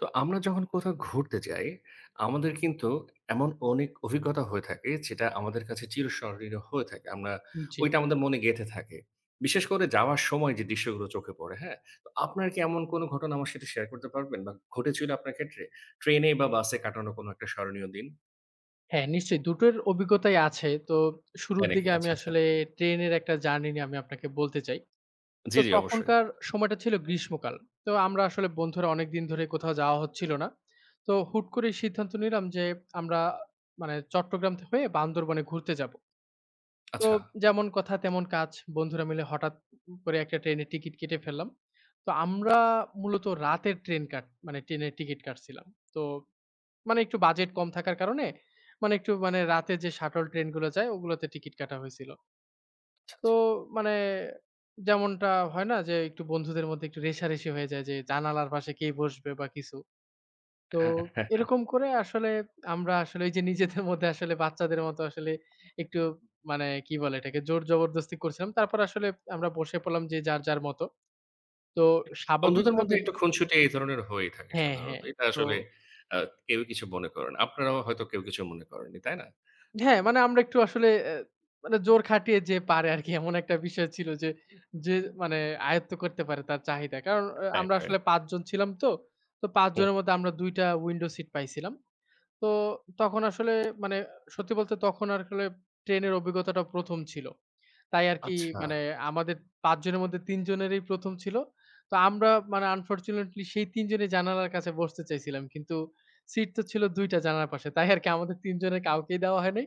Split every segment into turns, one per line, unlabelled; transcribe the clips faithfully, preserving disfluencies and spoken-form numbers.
তো আমরা যখন কোথাও ঘুরতে যাই, আমাদের কিন্তু এমন অনেক অভিজ্ঞতা হয়ে থাকে যেটা আমাদের কাছে চিরস্মরণীয় হয়ে থাকে। আমরা
জি।
ওইটা আমাদের মনে গেঁথে থাকে। বিশেষ করে যাওয়ার সময় যে দৃশ্যগুলো চোখে পড়ে, হ্যাঁ? তো আপনার কি এমন কোনো ঘটনা আমার সাথে শেয়ার করতে পারবেন বা ঘটেছিল আপনার ক্ষেত্রে? ট্রেনে বা বাসে কাটানো কোনো একটা স্মরণীয় দিন?
হ্যাঁ, নিশ্চয়ই দুটোর অভিজ্ঞতাই আছে। তো
তাই
শুরুর
নাকি?
দিকে আমি
আচ্ছা, আচ্ছা।
আসলে ট্রেনের একটা জার্নি নিয়ে আমি আপনাকে বলতে চাই।
জি,
তো
জি অবশ্যই।
তখনকার সময়টা ছিল গ্রীষ্মকাল। তো আমরা আসলে বন্ধুরা অনেকদিন ধরে কোথাও যাওয়া হচ্ছিল না। তো হুট করেই সিদ্ধান্ত নিলাম যে আমরা মানে চট্টগ্রাম থে হয়ে বান্দরবনে ঘুরতে যাবো। তো
আচ্ছা,
যেমন কথা তেমন কাজ। বন্ধুরা মিলে হঠাৎ করে একটা ট্রেনের টিকিট কেটে ফেললাম। তো আমরা মূলত রাতের ট্রেন কাট মানে ট্রেনের টিকিট কাটছিলাম। তো মানে একটু বাজেট কম থাকার কারণে মানে একটু মানে রাতে যে শাটল ট্রেন গুলো যায় ওগুলোতে টিকিট কাটা হয়েছিল।
আচ্ছা,
তো
আচ্ছা।
মানে যেমনটা হয় না যে একটু বন্ধুদের মধ্যে একটু রেষারেষি হয়ে যায় যে জানালার পাশে কে বসবে বা কিছু। তো
হ্যাঁ, হ্যাঁ, হ্যাঁ। হ্যাঁ।
এরকম করে আসলে আমরা আসলে ওই যে নিজেদের মধ্যে আসলে বাচ্চাদের মতো আসলে একটু মানে কি বলে এটাকে জোর জবরদস্তি করছিলাম। তারপর আসলে আমরা বসে পড়লাম যে যার, যার মতো। তো
বন্ধুদের মধ্যে
স্বাভাবিকভাবেই
একটু খুনসুটি এই ধরনের হয়েই থাকে
হ্যাঁ,
সাধারণত।
হ্যাঁ।
এটা
তো
আসলে আ কেউই কিছু মনে করে না। আপনারাও হয়তো কেউ কিছু মনে করেননি, তাই না?
হ্যাঁ, মানে আমরা একটু আসলে অ্যা মানে জোর খাটিয়ে যে পারে আরকি এমন একটা বিষয় ছিল যে, যে মানে আয়ত্ত করতে পারে তার চাহিদা। কারণ অ্যা
রাইট,
আমরা
রাইট।
আসলে পাঁচ জন ছিলাম তো। তো পাঁচ
হুম।
জনের মধ্যে আমরা দুই টা উইন্ডো সিট পাইছিলাম। তো তখন আসলে মানে সত্যি বলতে তখন আর আসলে ট্রেনের অভিজ্ঞতাটা ১ম ছিল। তাই আরকি
আচ্ছা।
মানে আমাদের পাঁচ জনের মধ্যে তিন জনেরই ১ম ছিল। তো আমরা মানে আনফরচুনেটলি সেই তিন জনই জানালার কাছে বসতে চাইছিলাম। কিন্তু সিট তো ছিল দুই টা জানালার পাশে। তাই আরকি আমাদের তিন জনের কাউকেই দেওয়া হয় নাই।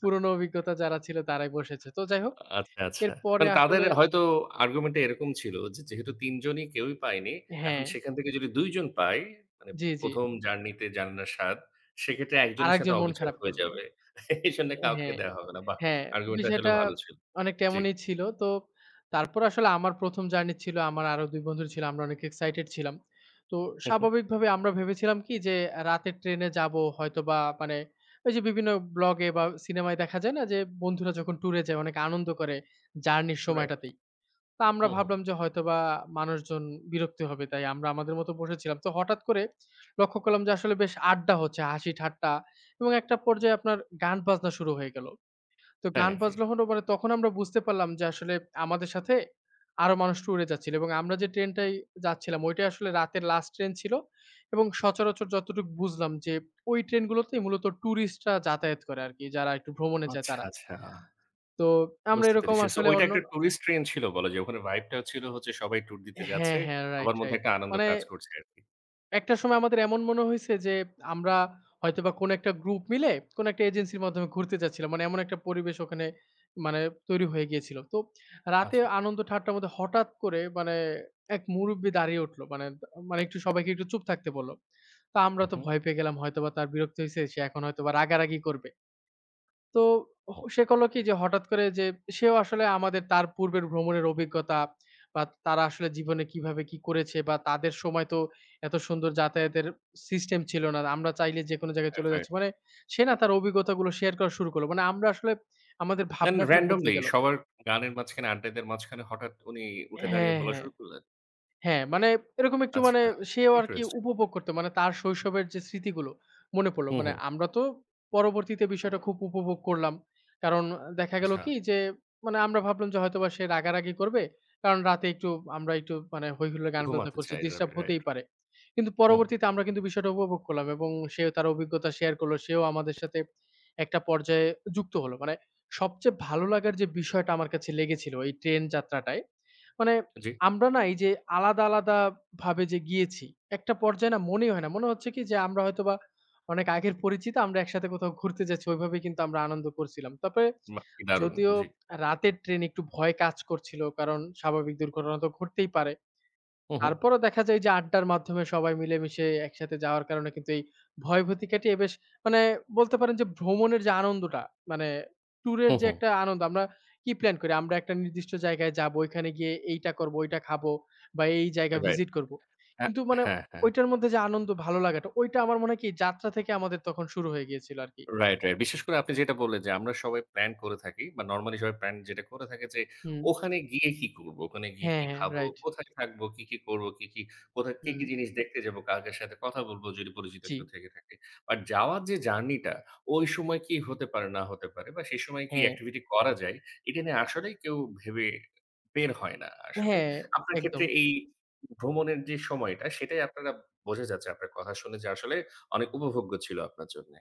পুরনো অভিজ্ঞতা যারা ছিল তারাই বসেছে। তো যাই হোক,
আচ্ছা, আচ্ছা।
এরপরে
মানে তাদের
আসলে
হয়তো আর্গুমেন্ট টা এরকম ছিল যে, যেহেতু তিন জনই কেউই পায়নি, এখন
হ্যাঁ,
সেখান থেকে যদি দুই জন পায়, মানে
জি, জি।
১ম জার্নিতে জান্নার স্বাদ, সেক্ষেত্রে একজনের সাথে
আরেকজন মন
অবিচার
খারাপ
হয়ে
করবে।
যাবে। এজন্য কাউকে
হ্যাঁ,
দেয়া হবে না। বাহ!
হ্যাঁ,
আর্গুমেন্ট টা আসলে
বিষয়টা
ভালো ছিল।
অনেকটা
জি।
এমনই ছিল। তো তারপর আসলে আমার ১ম জার্নি ছিল, আমার আরো দুই বন্ধু ছিল। আমরা অনেক এক্সাইটেড ছিলাম। তো
হু, হু।
স্বাভাবিকভাবে আমরা ভেবেছিলাম কি যে রাতের ট্রেনে যাবো হয়তোবা মানে ওই যে বিভিন্ন ব্লগে বা সিনেমায় দেখা যায় না যে বন্ধুরা যখন ট্যুরে যায় অনেক আনন্দ করে জার্নির
রাইট।
সময়টাতেই। তো আমরা
হুম, হুম।
ভাবলাম যে হয়তোবা মানুষজন বিরক্ত হবে। তাই আমরা আমাদের মতো বসেছিলাম। তো হঠাৎ করে লক্ষ্য করলাম যে আসলে বেশ আড্ডা হচ্ছে, হাসি-ঠাট্টা এবং একটা পর্যায়ে আপনার গান বাজনা শুরু হয়ে গেল। তো
তাই
গান
নাকি?
বাজনা হলো মানে তখন আমরা বুঝতে পারলাম যে আসলে আমাদের সাথে আরো মানুষ ট্যুরে যাচ্ছিল এবং আমরা যে ট্রেনটায় যাচ্ছিলাম ওইটাই আসলে রাতের লাস্ট ট্রেন ছিল এবং সচরাচর যতটুকু বুঝলাম যে ওই ট্রেনগুলোতেই মূলত টুরিস্টরা যাতায়াত করে আরকি, যারা একটু ভ্রমণে যায়
আচ্ছা,
তারা।
আচ্ছা।
তো আমরা
বুঝতে
এরকম
পেরেছি। সো
আসলে
ওইটা
অন্য
একটা টুরিস্ট ট্রেন ছিল বলা যায়। ওখানে ভাইব টাও ছিল হচ্ছে সবাই ট্যুর দিতে
হ্যাঁ,
যাচ্ছে।
হ্যাঁ, রাইট,
সবার মধ্যে
রাইট।
একটা আনন্দ
মানে
কাজ করছে আরকি।
একটা সময় আমাদের এমন মনে হইছে যে, আমরা হয়তোবা কোনো একটা গ্রুপ মিলে কোনো একটা এজেন্সির মাধ্যমে ঘুরতে যাচ্ছিলাম। মানে এমন একটা পরিবেশ ওখানে মানে তৈরি হয়ে গিয়েছিল। তো রাতে
আচ্ছা।
আনন্দ ঠাট্টার মধ্যে হঠাৎ করে মানে এক মুরুব্বি দাঁড়িয়ে উঠলো। মানে দ মানে একটু সবাইকে একটু চুপ থাকতে বলল। তো আমরা
হু,
তো
হু।
ভয় পেয়ে গেলাম হয়তোবা তার বিরক্ত হইছে। সে এখন হয়তোবা রাগারাগি করবে। তো হ সে করল কি যে হঠাৎ করে যে সেও আসলে আমাদের তার পূর্বের ভ্রমণের অভিজ্ঞতা বা তারা আসলে জীবনে কিভাবে কি করেছে বা তাদের সময় তো এত সুন্দর যাতায়াতের সিস্টেম ছিল না। আমরা চাইলে যেকোনো জায়গায়
রাইট,
চলে
রাইট।
যাচ্ছি। মানে সে না তার অভিজ্ঞতাগুলো শেয়ার করা শুরু করল। মানে আমরা আসলে আমাদের
দেন
ভাবনাটাই বদলে
randomly
গেল।
সবার গানের মাঝখানে, আড্ডাদের মাঝখানে হঠাৎ উনি উঠে দাঁড়িয়ে
হ্যাঁ,
বলা
হ্যাঁ।
শুরু করলেন।
হ্যাঁ, মানে এরকম একটু মানে
আচ্ছা,
সেও আরকি
ইন্টারেস্টিং।
উপভোগ করত। মানে তার শৈশবের যে স্মৃতিগুলো মনে পড়ল।
হুম,
মানে
হুম।
আমরা তো পরবর্তীতে বিষয়টা খুব উপভোগ করলাম। কারণ দেখা গেল
আচ্ছা,
কি যে মানে আমরা ভাবলাম যে হয়তোবা সে রাগারাগি করবে। কারণ রাতে একটু আমরা একটু মানে হই-হুল্লোড় গান বাজনা
ঘুমাতে
করছি।
চাই। রা
ডিস্টার্ব
রাইট।
হতেই পারে। কিন্তু
হুম,
পরবর্তীতে আমরা কিন্তু বিষয়টা উপভোগ করলাম এবং সে তার অভিজ্ঞতা শেয়ার করল। সেও আমাদের সাথে একটা পর্যায়ে যুক্ত হলো। মানে সবচেয়ে ভালো লাগার যে বিষয়টা আমার কাছে লেগেছিল এই ট্রেন যাত্রাটায়, মানে
জি।
আমরা না এই যে আলাদা, আলাদা ভাবে যে গিয়েছি, একটা পর্যায়ে না মনেই হয় না। মনে হচ্ছে কি যে আমরা হয়তোবা অনেক আগের পরিচিত, আমরা একসাথে কোথাও ঘুরতে যাচ্ছি। ওইভাবেই কিন্তু আমরা আনন্দ করছিলাম। তবে
বাহ! কি দারুণ।
যদিও
জি।
রাতের ট্রেনে একটু ভয় কাজ করছিল। কারণ স্বাভাবিক দুর্ঘটনা তো ঘটতেই পারে।
হুম, হুম।
তারপরও দেখা যায় যে আড্ডার মাধ্যমে সবাই মিলেমিশে একসাথে যাওয়ার কারণে কিন্তু এই ভয় ভীতি কাটিয়ে বেশ মানে বলতে পারেন যে ভ্রমণের যে আনন্দটা মানে ট্যুরের
হুম,
যে
হুম।
একটা আনন্দ আমরা কি প্ল্যান করি আমরা একটা নির্দিষ্ট জায়গায় যাবো ওইখানে গিয়ে এইটা করবো ওইটা খাবো বা এই জায়গা
রাইট।
ভিজিট করব।
হ্যাঁ,
কিন্তু মানে
হ্যাঁ, হ্যাঁ।
ওইটার মধ্যে যে আনন্দ ভালো লাগাটা ওইটা আমার মনে হয় কি যাত্রা থেকে আমাদের তখন শুরু হয়ে গিয়েছিল আরকি।
Right, right. বিশেষ করে আপনি যেটা বললেন যে আমরা সবাই প্ল্যান করে থাকি বা নরমালি সবাই প্ল্যান যেটা করে থাকে যে
হুম।
ওখানে গিয়ে কি করব? ওখানে গিয়ে
হ্যাঁ,
কি
হ্যাঁ,
খাবো?
রাইট।
কোথায় থাকবো? কি, কি করবো? কি, কি কোথায় কি,
হুম,
কি জিনিস দেখতে যাবো? কার, কার সাথে কথা বলবো যদি পরিচিত
জি।
কেউ থেকে থাকে। বাট যাওয়ার যে জার্নিটা ওই সময় কি হতে পারে না হতে পারে বা সেই সময় কি
হ্যাঁ,
অ্যাক্টিভিটি করা যায় এটা নিয়ে আসলেই কেউ ভেবে বের হয় না আসলে।
হ্যাঁ,
আপনার ক্ষেত্রে
একদম।
এই ভ্রমণের যে সময়টা সেটাই আপনারা বোঝা যাচ্ছে আপনার কথা শুনে যে আসলে অনেক উপভোগ্য ছিল আপনার জন্যে।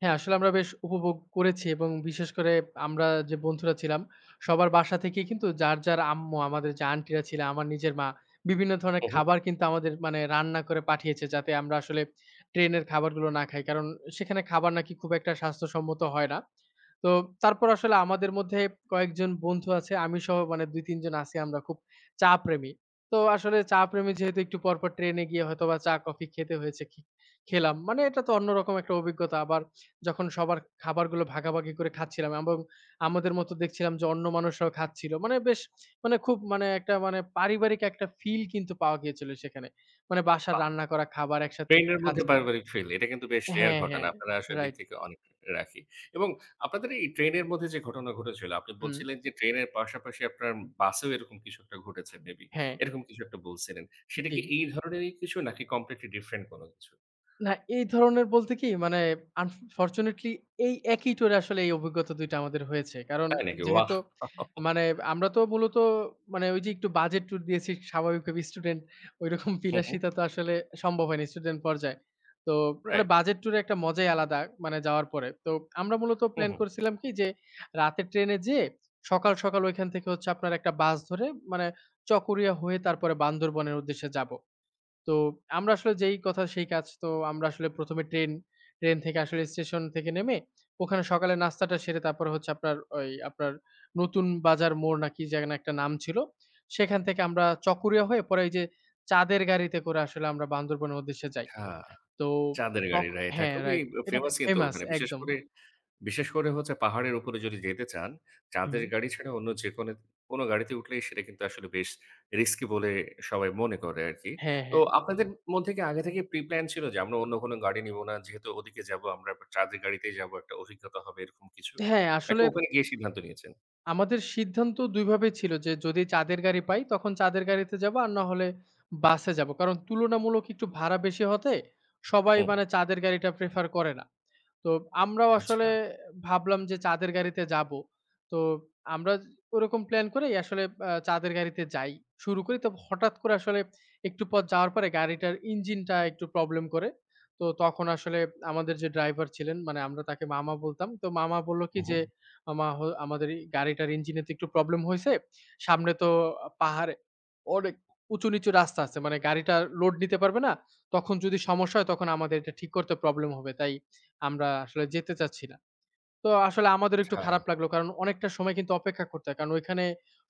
হ্যাঁ, আসলে আমরা বেশ উপভোগ করেছি এবং বিশেষ করে আমরা যে বন্ধুরা ছিলাম, সবার বাসা থেকেই কিন্তু যার, যার আম্মু আমাদের যে আন্টিরা ছিল, আমার নিজের মা, বিভিন্ন ধরনের
হু, হু।
খাবার কিন্তু আমাদের মানে রান্না করে পাঠিয়েছে যাতে আমরা আসলে ট্রেনের খাবারগুলো না খাই। কারণ সেখানে খাবার নাকি খুব একটা স্বাস্থ্যসম্মত হয় না। তো তারপর আসলে আমাদের মধ্যে কয়েকজন বন্ধু আছে, আমি সহ মানে দুই তিন জন আছি আমরা খুব চা প্রেমী। তো আসলে চা প্রেমী যেহেতু একটু পরপর ট্রেনে গিয়ে হয়তোবা চা কফি খেতে হয়েছে খে খেলাম। মানে এটা তো অন্যরকম একটা অভিজ্ঞতা। আবার যখন সবার খাবারগুলো ভাগাভাগি করে খাচ্ছিলাম এবং আমাদের মতো দেখছিলাম যে অন্য মানুষরাও খাচ্ছিল। মানে বেশ মানে খুব মানে একটা মানে পারিবারিক একটা ফিল কিন্তু পাওয়া গিয়েছিল সেখানে। মানে বাসার রান্না করা খাবার একসাথে
ট্রেনের মধ্যে
খাচ্ছিলাম
পারিবারিক ফিল এটা কিন্তু বেশ রেয়ার
হ্যাঁ,
ঘটনা।
হ্যাঁ।
আপনারা আসলে দিক
রাইট।
থেকে অনেক রাখি। এবং আপনাদের এই ট্রেনের মধ্যে যে ঘটনা ঘটেছিল, আপনি
হুম।
বলছিলেন যে ট্রেনের পাশাপাশি আপনার বাসেও এরকম কিছু একটা ঘটেছে মেবি।
হ্যাঁ,
এরকম কিছু একটা বলছিলেন। সেটা
জি।
কি এই ধরনেরই কিছু নাকি কমপ্লিটলি ডিফারেন্ট কোন কিছু?
না, এই ধরনের বলতে কি মানে আনফরচুনেটলি এই একই ট্যুরে আসলে এই অভিজ্ঞতা দুই টা আমাদের হয়েছে। কারণ
তাই নাকি? ওয়াও!
যেহেতু মানে আমরা তো মূলত মানে ওই যে একটু বাজেট ট্যুর দিয়েছি স্বাভাবিকভাবে স্টুডেন্ট ঐরকম
হু, হু।
বিলাসিতা তো আসলে সম্ভব হয়নি স্টুডেন্ট পর্যায়ে। তো মানে
রাইট।
বাজেট ট্যুরে একটা মজাই আলাদা মানে যাওয়ার পরে। তো আমরা মূলত
হু,
প্ল্যান
হু।
করেছিলাম কি যে রাতে ট্রেনে যেয়ে সকাল, সকাল ওইখান থেকে হচ্ছে আপনার একটা বাস ধরে মানে চকরিয়া হয়ে তারপরে বান্দরবনের উদ্দেশ্যে যাব। তো আমরা আসলে যেই কথা সেই কাজ। তো আমরা আসলে ১ম এ ট্রেন, ট্রেন থেকে আসলে স্টেশন থেকে নেমে ওখানে সকালে নাস্তাটা সেরে তারপরে হচ্ছে আপনার ওই আপনার নতুন বাজার মোড় না কি যেন একটা নাম ছিল। সেখান থেকে আমরা চকরিয়া হয়ে পরে এই যে চাঁদের গাড়িতে করে আসলে আমরা বান্দরবনের উদ্দেশ্যে
আচ্ছা।
যাই। তো
চাঁদের গাড়ি,
চক
রাইট। হ্যাঁ,
হ্যাঁ,
খুবই
রাইট। এটা
ফেমাস কিন্তু
ফেমাস
ওখানে। বিশেষ
একদম।
করে বিশেষ করে হচ্ছে পাহাড়ের উপরে যদি যেতে চান,
হুম।
চাঁদের গাড়ি ছাড়া অন্য যেকোনো কোনো কোনো গাড়িতে উঠলেই সেটা কিন্তু আসলে বেশ রিস্কি বলে সবাই মনে করে আরকি।
হ্যাঁ,
তো
হ্যাঁ।
আপনাদের মধ্যে কি আগে থেকে প্রি প্ল্যান ছিল যে আমরা অন্য কোনো গাড়ি নিব না। যেহেতু ওদিকে যাবো আমরা এবার চাঁদের গাড়িতেই যাবো একটা অভিজ্ঞতা হবে এরকম কিছু?
হ্যাঁ,
নাকি
আসলে
ওখানে গিয়ে সিদ্ধান্ত নিয়েছেন?
আমাদের সিদ্ধান্ত দুই ভাবেই ছিল যে যদি চাঁদের গাড়ি পাই তখন চাঁদের গাড়িতে যাব আর না হলে বাসে যাব। কারণ তুলনামূলক একটু ভাড়া বেশি হতে সবাই
হুম।
মানে চাঁদের গাড়িটা প্রেফার করে না। তো আমরাও
আচ্ছা।
আসলে ভাবলাম যে চাঁদের গাড়িতে যাব। তো আমরা ওরকম প্ল্যান করেই আসলে আ চাঁদের গাড়িতে যাই। শুরু করি তো হঠাৎ করে আসলে একটু পথ যাওয়ার পরে গাড়িটার ইঞ্জিনটা একটু প্রবলেম করে। তো তখন আসলে আমাদের যে ড্রাইভার ছিলেন মানে আমরা তাকে মামা বলতাম। তো মামা বলল
হু,
কি
হু।
যে আমা হ আমাদের এই গাড়িটার ইঞ্জিনে তো একটু প্রবলেম হইছে। সামনে তো আ পাহাড়ে অনেক উঁচু নিচু রাস্তা আছে। মানে গাড়িটা লোড নিতে পারবে না। তখন যদি সমস্যা হয় তখন আমাদের এটা ঠিক করতে প্রবলেম হবে। তাই আমরা আসলে যেতে চাচ্ছি না। তো আসলে আমাদের একটু
আচ্ছা,
খারাপ লাগলো। কারণ অনেকটা সময় কিন্তু অপেক্ষা করতে হয়। কারণ ওইখানে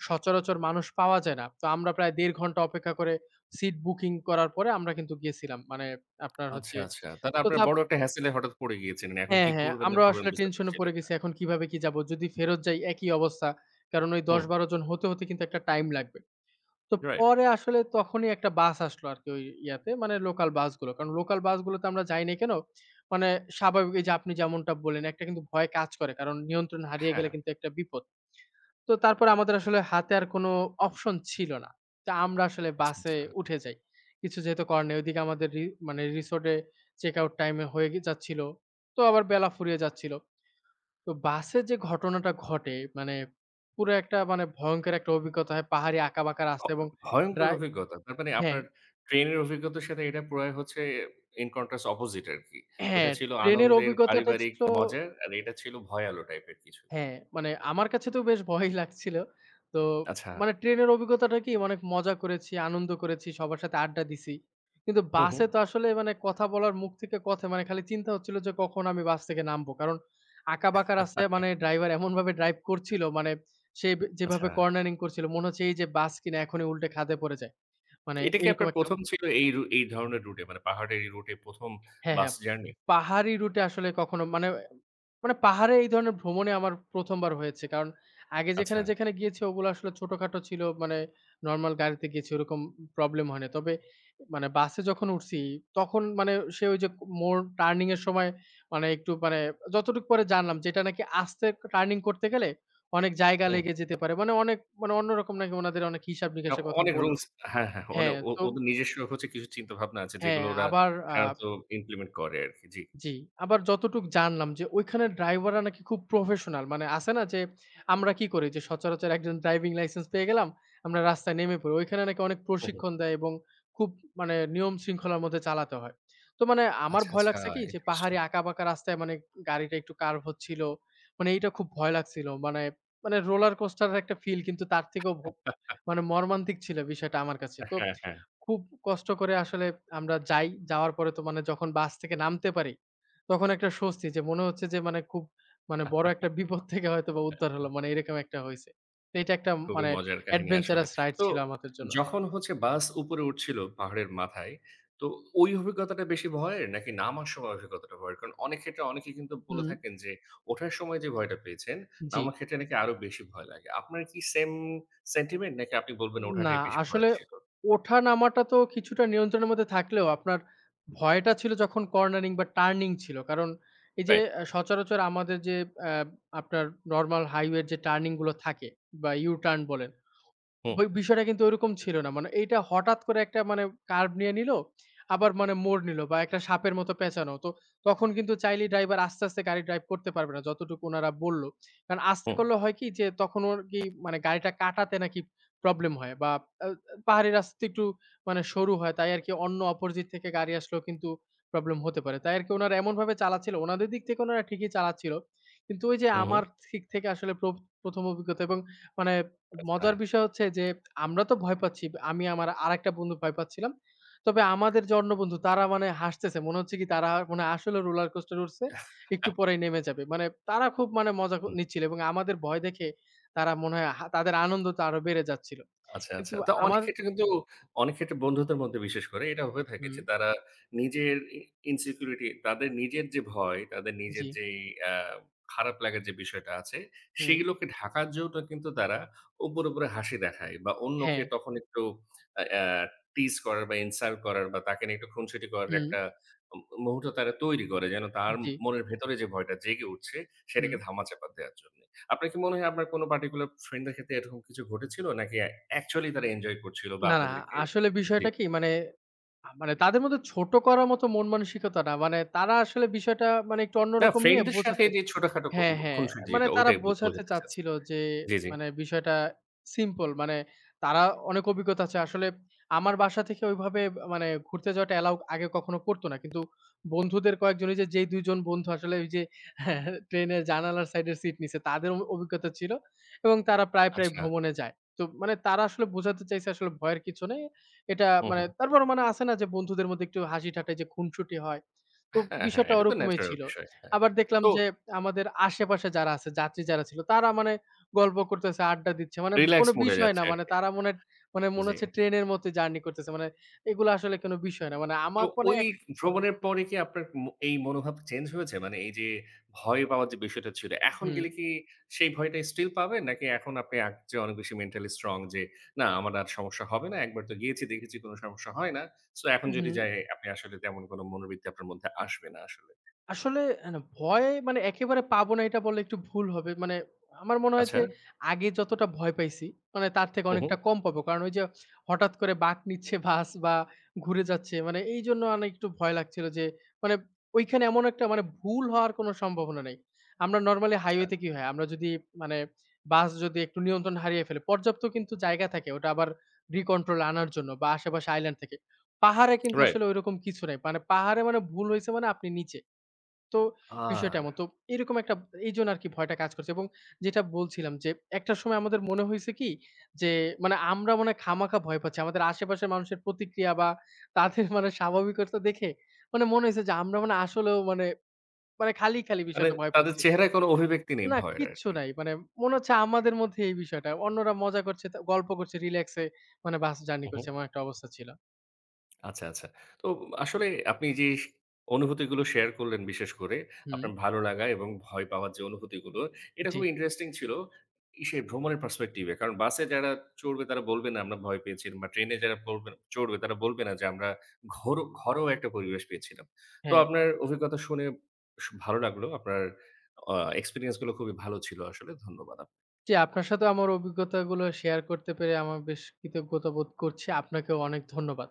সচরাচর মানুষ পাওয়া যায় না। তো আমরা প্রায় দেড় ঘন্টা অপেক্ষা করে সিট বুকিং করার পরে আমরা কিন্তু গিয়েছিলাম। মানে আপনার
আচ্ছা,
হচ্ছে
আচ্ছা। তাহলে
তো
আপনার
তা
বড় একটা হ্যাসেল এ হঠাৎ পড়ে গিয়েছিলেন। এখন কি
হ্যাঁ, হ্যাঁ।
করবেন না
আমরাও
করবেন
আসলে
বুঝতে
টেনশনে
পারছিলেন
পড়ে
না।
গেছি। এখন কিভাবে কি যাব? যদি ফেরত যাই একই অবস্থা। কারণ ওই
হুম,
দশ বারো জন হতে, হতে কিন্তু একটা টাইম লাগবে। তো
রাইট।
পরে আসলে তখনই একটা বাস আসলো আরকি ওই ইয়াতে মানে লোকাল বাসগুলো। কারণ লোকাল বাসগুলোতে আমরা যাই নাই কেন? মানে স্বাভাবিক এই যে আপনি যেমনটা বললেন একটা কিন্তু ভয় কাজ করে। কারণ নিয়ন্ত্রণ হারিয়ে গেলে
হ্যাঁ।
কিন্তু একটা বিপদ। তো তারপরে আমাদের আসলে হাতে আর কোনো অপশন ছিল না। তো আমরা আসলে
আচ্ছা,
বাসে
আচ্ছা।
উঠে যাই। কিছু যেহেতু করার নেই। ওইদিকে আমাদের রি মানে রিসোর্ট এ চেক আউট টাইম এ হয়ে গে যাচ্ছিল। তো আবার বেলা ফুরিয়ে যাচ্ছিল। তো বাসে যে ঘটনাটা ঘটে মানে পুরো একটা মানে ভয়ংকর একটা অভিজ্ঞতা হয়। পাহাড়ি আঁকাবাঁকা
ভ
রাস্তা এবং
ভয়ংকর
ড্রাই
অভিজ্ঞতা। তার মানে
হ্যাঁ,
আপনার ট্রেনের অভিজ্ঞতার সাথে এটা প্রায় হচ্ছে in contrast opposite আরকি। ওটা
হ্যাঁ
ছিল
ট্রেনের
আনন্দের,
অভিজ্ঞতাটা
পারিবারিক,
ছিল
মজার আর এটা ছিল ভয়ালো টাইপের কিছু।
হ্যাঁ, মানে আমার কাছে তো বেশ ভয়ই লাগছিল। তো
আচ্ছা।
মানে ট্রেনের অভিজ্ঞতাটা কি অনেক মজা করেছি, আনন্দ করেছি, সবার সাথে আড্ডা দিছি। কিন্তু
হু, হু।
বাসে তো আসলে মানে কথা বলার মুখ থেকে কথা মানে খালি চিন্তা হচ্ছিল যে কখন আমি বাস থেকে নামবো। কারণ আঁকা-বাঁকা রাস্তায় মানে ড্রাইভার এমনভাবে ড্রাইভ করছিল মানে সে বে
আচ্ছা।
যেভাবে কর্নারিং করছিল মনে হচ্ছে এই যে বাস কিনা এখনই উল্টে খাদে পড়ে যায়। মানে
এটা কি
এরকম
আপনার
একটা
১ম ছিল এই রু এই ধরনের রুটে মানে পাহাড়ের এই রুটে ১ম
হ্যাঁ,
বাস
হ্যাঁ।
জার্নি?
পাহাড়ি রুটে আসলে কখনো মানে মানে পাহাড়ে এই ধরনের ভ্রমণে আমার ১ম বার হয়েছে। কারণ আগে
আচ্ছা।
যেখানে, যেখানে গিয়েছি ওগুলো আসলে ছোটখাটো ছিল। মানে নরমাল গাড়িতে গেছি ওরকম প্রবলেম হয় না। তবে মানে বাসে যখন উঠছি তখন মানে সে ওই যে মোড় টার্নিং এর সময় মানে একটু মানে যতটুকু পরে জানলাম যে এটা নাকি আস্তে টার্নিং করতে গেলে অনেক জায়গা
হুম।
লেগে যেতে পারে। মানে অনেক মানে অন্যরকম নাকি উনাদের অনেক হিসাব
আ
নিকাশের কথা
অনেক
বলল।
রুলস হ্যাঁ, হ্যাঁ। মানে
হ্যাঁ,
ও
তো
ওদের নিজস্ব হচ্ছে কিছু চিন্তাভাবনা আছে
হ্যাঁ,
যেগুলো ওরা
আবার আ
সাধারণত ইমপ্লিমেন্ট করে আরকি। জি।
জি, আবার যতটুক জানলাম যে ওইখানের ড্রাইভাররা নাকি খুব প্রফেশনাল। মানে আছে না যে আমরা কি করি যে সচরাচর একজন ড্রাইভিং লাইসেন্স পেয়ে গেলাম, আমরা রাস্তায় নেমে পড়ি। ওইখানে নাকি অনেক
হু, হু।
প্রশিক্ষণ দেয় এবং খুব মানে নিয়ম শৃঙ্খলার মধ্যে চালাতে হয়। তো মানে আমার
আচ্ছা,
ভয়
আচ্ছা।
লাগছে কি যে
ইন্টারেস্টিং।
পাহাড়ি আঁকাবাঁকা রাস্তায় মানে গাড়িটা একটু কার্ভ হচ্ছিল। মানে এইটা খুব ভয় লাগছিল। মানে মানে রোলার কোস্টারের একটা ফিল, কিন্তু তার থেকেও ভ মানে মর্মান্তিক ছিল বিষয়টা আমার কাছে। তো
হ্যাঁ, হ্যাঁ।
খুব কষ্ট করে আসলে আমরা যাই। যাওয়ার পরে তো মানে যখন বাস থেকে নামতে পারি, তখন একটা স্বস্তি, যে মনে হচ্ছে যে মানে খুব মানে বড় একটা বিপদ থেকে হয়তোবা উদ্ধার হলাম। মানে এরকম একটা হইছে। তো এটা একটা
খুবই
মানে
মজার কাহিনী আসলে।
adventurous রাইড
তো
ছিল আমাদের জন্য।
যখন হচ্ছে বাস উপরে উঠছিল পাহাড়ের মাথায়, তো ওই অভিজ্ঞতাটা বেশি ভয়ের নাকি নামার সময় অভিজ্ঞতাটা ভয়ের? কারণ অনেক ক্ষেত্রে অনেকে কিন্তু বলে
হুম,
থাকেন যে ওঠার সময় যে ভয়টা পেয়েছেন,
জি।
নামার ক্ষেত্রে নাকি আরো বেশি ভয় লাগে। আপনার কি সেম সেন্টিমেন্ট নাকি আপনি বলবেন
না
ওঠাটাই বেশি ভয়
আসলে
ছিল?
ওঠা-নামাটা তো কিছুটা নিয়ন্ত্রণের মধ্যে থাকলেও আপনার ভয়টা ছিল যখন কর্নারিং বা টার্নিং ছিল। কারণ এই যে
রাইট।
আ সচরাচর আমাদের যে অ্যা আপনার নরমাল হাইওয়ের যে টার্নিং গুলো থাকে বা U-টার্ন বলেন,
হুম,
বি বিষয়টা কিন্তু ঐরকম ছিল না। মানে এইটা হঠাৎ করে একটা মানে কার্ভ নিয়ে নিলো, আবার মানে মোড় নিলো বা একটা সাপের মতো পেঁচানো। তো তখন কিন্তু চাইলেই ড্রাইভার আস্তে, আস্তে গাড়ি ড্রাইভ করতে পারবে না যতটুকু উনারা বলল। কারণ আস্তে
হুম,
করলে হয় কি যে তখন ওর কি মানে গাড়িটা কাটাতে নাকি প্রবলেম হয় বা আ পাহাড়ি রাস্তা একটু মানে সরু হয়। তাই আরকি অন্য অপোজিট থেকে গাড়ি আসলেও কিন্তু প্রবলেম হতে পারে। তাই আরকি উনারা এমনভাবে চালাচ্ছিল, উনাদের দিক থেকে উনারা ঠিকই চালাচ্ছিল। কিন্তু ওই যে
হুম, হুম।
আমার দিক থেকে আসলে প্র ১ম অভিজ্ঞতা এবং মানে
আচ্ছা।
মজার বিষয় হচ্ছে যে আমরা তো ভয় পাচ্ছি। আমি আমার আরেকটা বন্ধু ভয় পাচ্ছিলাম। তবে আমাদের যে অন্য বন্ধু তারা মানে হাসতেছে। মনে হচ্ছে কি তারা মানে আসলে রোলার কোস্টার উঠছে। একটু পরেই নেমে যাবে। মানে তারা খুব মানে মজা ক নিচ্ছিল এবং আমাদের ভয় দেখে তারা মনে হয় হা তাদের আনন্দটা আরো বেড়ে যাচ্ছিল।
আচ্ছা,
কিন্তু
আচ্ছা। তো অনেক
আমার
ক্ষেত্রে কিন্তু অনেক ক্ষেত্রে বন্ধুদের মধ্যে বিশেষ করে এটা হয়ে থাকে
হুম,
যে তারা নিজের ই ইনসিকিউরিটি তাদের নিজের যে ভয়, তাদের
জি,
নিজের যেই আ খারাপ লাগার যে বিষয়টা আছে,
হুম,
সেগুলোকে ঢাকার জন্য কিন্তু তারা উপরে, উপরে হাসি দেখায় বা অন্যকে
হ্যাঁ,
তখন একটু আ আ টিজ করার বা ইনসাল্ট করার বা তাকে নিয়ে একটু খুনসুটি করার
হুম,
একটা উম মুহূর্ত তারা তৈরি করে যেন তার
জি,
মনের ভেতরে যে ভয়টা জেগে উঠছে
হুম।
সেটাকে ধামাচাপা দেওয়ার জন্য। আপনার কি মনে হয় আপনার কোনো পার্টিকুলার ফ্রেন্ডদের ক্ষেত্রে এরকম কিছু ঘটেছিল? নাকি অ্যা অ্যাকচুয়ালি তারা এনজয় করছিল বা
না, না
আপনাদেরকে
আসলে
জি।
বিষয়টা কি মানে আ মানে তাদের মধ্যে ছোট করার মতো মন মানসিকতা না। মানে তারা আসলে বিষয়টা মানে একটু
না
অন্যরকম নিয়ে
ফ্রেন্ডদের সাথে
বোঝাতে,
যে ছোটখাটো খু
হ্যাঁ, হ্যাঁ।
খুনসুটি
মানে
যেটা
তারা
ওইটাই বো
বোঝাতে
বোঝাতে চাচ্ছি।
চাচ্ছিল যে
জি, জি।
মানে বিষয়টা সিম্পল, মানে তারা অনেক অভিজ্ঞতা আছে। আসলে আমার বাসা থেকে ওইভাবে মানে ঘুরতে যাওয়াটা অ্যালাও আগে কখনো করত না। কিন্তু বন্ধুদের কয়েকজন ওই যে, যেই দুই জন বন্ধু আসলে ওই যে ট্রেনের জানালার সাইডের সিট নিছে, তাদের অ অভিজ্ঞতা ছিল এবং তারা প্রায়, প্রায়
আচ্ছা।
ভ্রমণে যায়। তো মানে তারা আসলে বোঝাতে চাইছে আসলে ভয়ের কিছু নেই। এটা
হুম,
মানে
হুম।
তারপর মানে আছে না যে বন্ধুদের মধ্যে একটু হাসি ঠাট্টা যে খুনসুটি হয়। তো
হ্যাঁ, হ্যাঁ।
বিষয়টা
এটা তো
ওরকমই
ন্যাচারাল
ছিল।
বিষয়। হ্যাঁ, হ্যাঁ।
আবার দেখলাম
তো
যে আমাদের আশেপাশে যারা আছে, যাত্রী যারা ছিল, তারা মানে গল্প করতেছে, আড্ডা দিচ্ছে। মানে
রিল্যাক্স
কোনো
মুড এ
বিষয়
যাচ্ছে
না। মানে
আরকি।
তারা মনে মানে মনে
জি।
হচ্ছে ট্রেনের মতো জার্নি করতেছে। মানে এগুলো আসলে কোনো বিষয় না। মানে
তো
আমার মানে
ওই
এক
ভ্রমণের পরে কি আপনার ম এই মনোভাব চেঞ্জ হয়েছে? মানে এই যে ভয় পাওয়ার যে বিষয়টা ছিল, এখন
হুম,
গেলে কি সেই ভয়টা স্টিল পাবেন? নাকি এখন আপনি আগের চেয়ে অনেক বেশি মেন্টালি স্ট্রং যে, "না, আমার আর সমস্যা হবে না। একবার তো গিয়েছি, দেখেছি কোনো সমস্যা হয় না। সো এখন যদি
হুম।
যাই আপনি আসলে তেমন কোনো মনোবৃত্তি আপনার মধ্যে আসবে না আসলে।"
আসলে আ না, ভয় মানে একেবারে পাবো না এটা বললে একটু ভুল হবে। মানে আমার মনে হয়
আচ্ছা।
যে আগে যতটা ভয় পাইছি, মানে তার থেকে
হু, হু।
অনেকটা কম পাবো। কারণ ওই যে হঠাৎ করে বাঁক নিচ্ছে বাস বা ঘুরে যাচ্ছে, মানে এইজন্য অনেক একটু ভয় লাগছিল যে মানে ওইখানে এমন একটা মানে ভুল হওয়ার কোনো সম্ভাবনা নাই। আমরা নরমালি
আচ্ছা।
হাইওয়েতে কি হয়? আমরা যদি মানে বাস যদি একটু নিয়ন্ত্রণ হারিয়ে ফেলে, পর্যাপ্ত কিন্তু জায়গা থাকে ওটা আবার রিকন্ট্রোল আনার জন্য বা আশেপাশে আইল্যান্ড থেকে। পাহাড়ে কিন্তু
রাইট।
আসলে ঐরকম কিছু নাই। মানে পাহাড়ে মানে ভুল হইছে মানে আপনি নিচে। তো
আ
বিষয়টা এমন। তো এরকম একটা এইজন্য আরকি ভয়টা কাজ করছে এবং যেটা বলছিলাম যে, একটা সময় আমাদের মনে হইছে কি যে, মানে আমরা মনে হয় খামাখা ভয় পাচ্ছি। আমাদের আশেপাশের মানুষের প্রতিক্রিয়া বা তাদের মানে স্বাভাবিকতা দেখে মানে মনে হইছে যে, আমরা মানে আসলেও মানে, মানে খালি, খালি
মানে
বিষয়টা ভয়
তাদের
পাচ্ছি।
চেহারায় কোনো অভিব্যক্তি নেই
না,
ভয়ের
কিচ্ছু
আরকি।
নাই। মানে মনে হচ্ছে আমাদের মধ্যে এই বিষয়টা। অন্যরা মজা করছে, তা গল্প করছে, রিল্যাক্সে মানে বাস জার্নি
হু, হু।
করছে। এমন একটা অবস্থা ছিল।
আচ্ছা, আচ্ছা। তো আসলে আপনি যে স অনুভূতিগুলো শেয়ার করলেন বিশেষ করে
হুম,
আপনার ভালো লাগা এবং ভয় পাওয়ার যে অনুভূতিগুলো, এটা
জি,
খুবই ইন্টারেস্টিং ছিল। ইসে ভ্রমণের পার্সপেক্টিভ এ। কারণ বাসে যারা চড়বে তারা বলবে না আমরা ভয় পেয়েছিলাম বা ট্রেনে যারা পড়বে চড়বে তারা বলবে না যে আমরা ঘোর ঘরোয়া একটা পরিবেশ পেয়েছিলাম। তো
হ্যাঁ।
আপনার অভিজ্ঞতা শুনে স ভালো লাগলো। আপনার আ এক্সপেরিয়েন্স গুলো খুবই ভালো ছিল আসলে। ধন্যবাদ আপ
জি, আপনার সাথেও আমার অভিজ্ঞতাগুলো শেয়ার করতে পেরে আমার বেশ কৃতজ্ঞতা বোধ করছি। আপনাকেও অনেক ধন্যবাদ।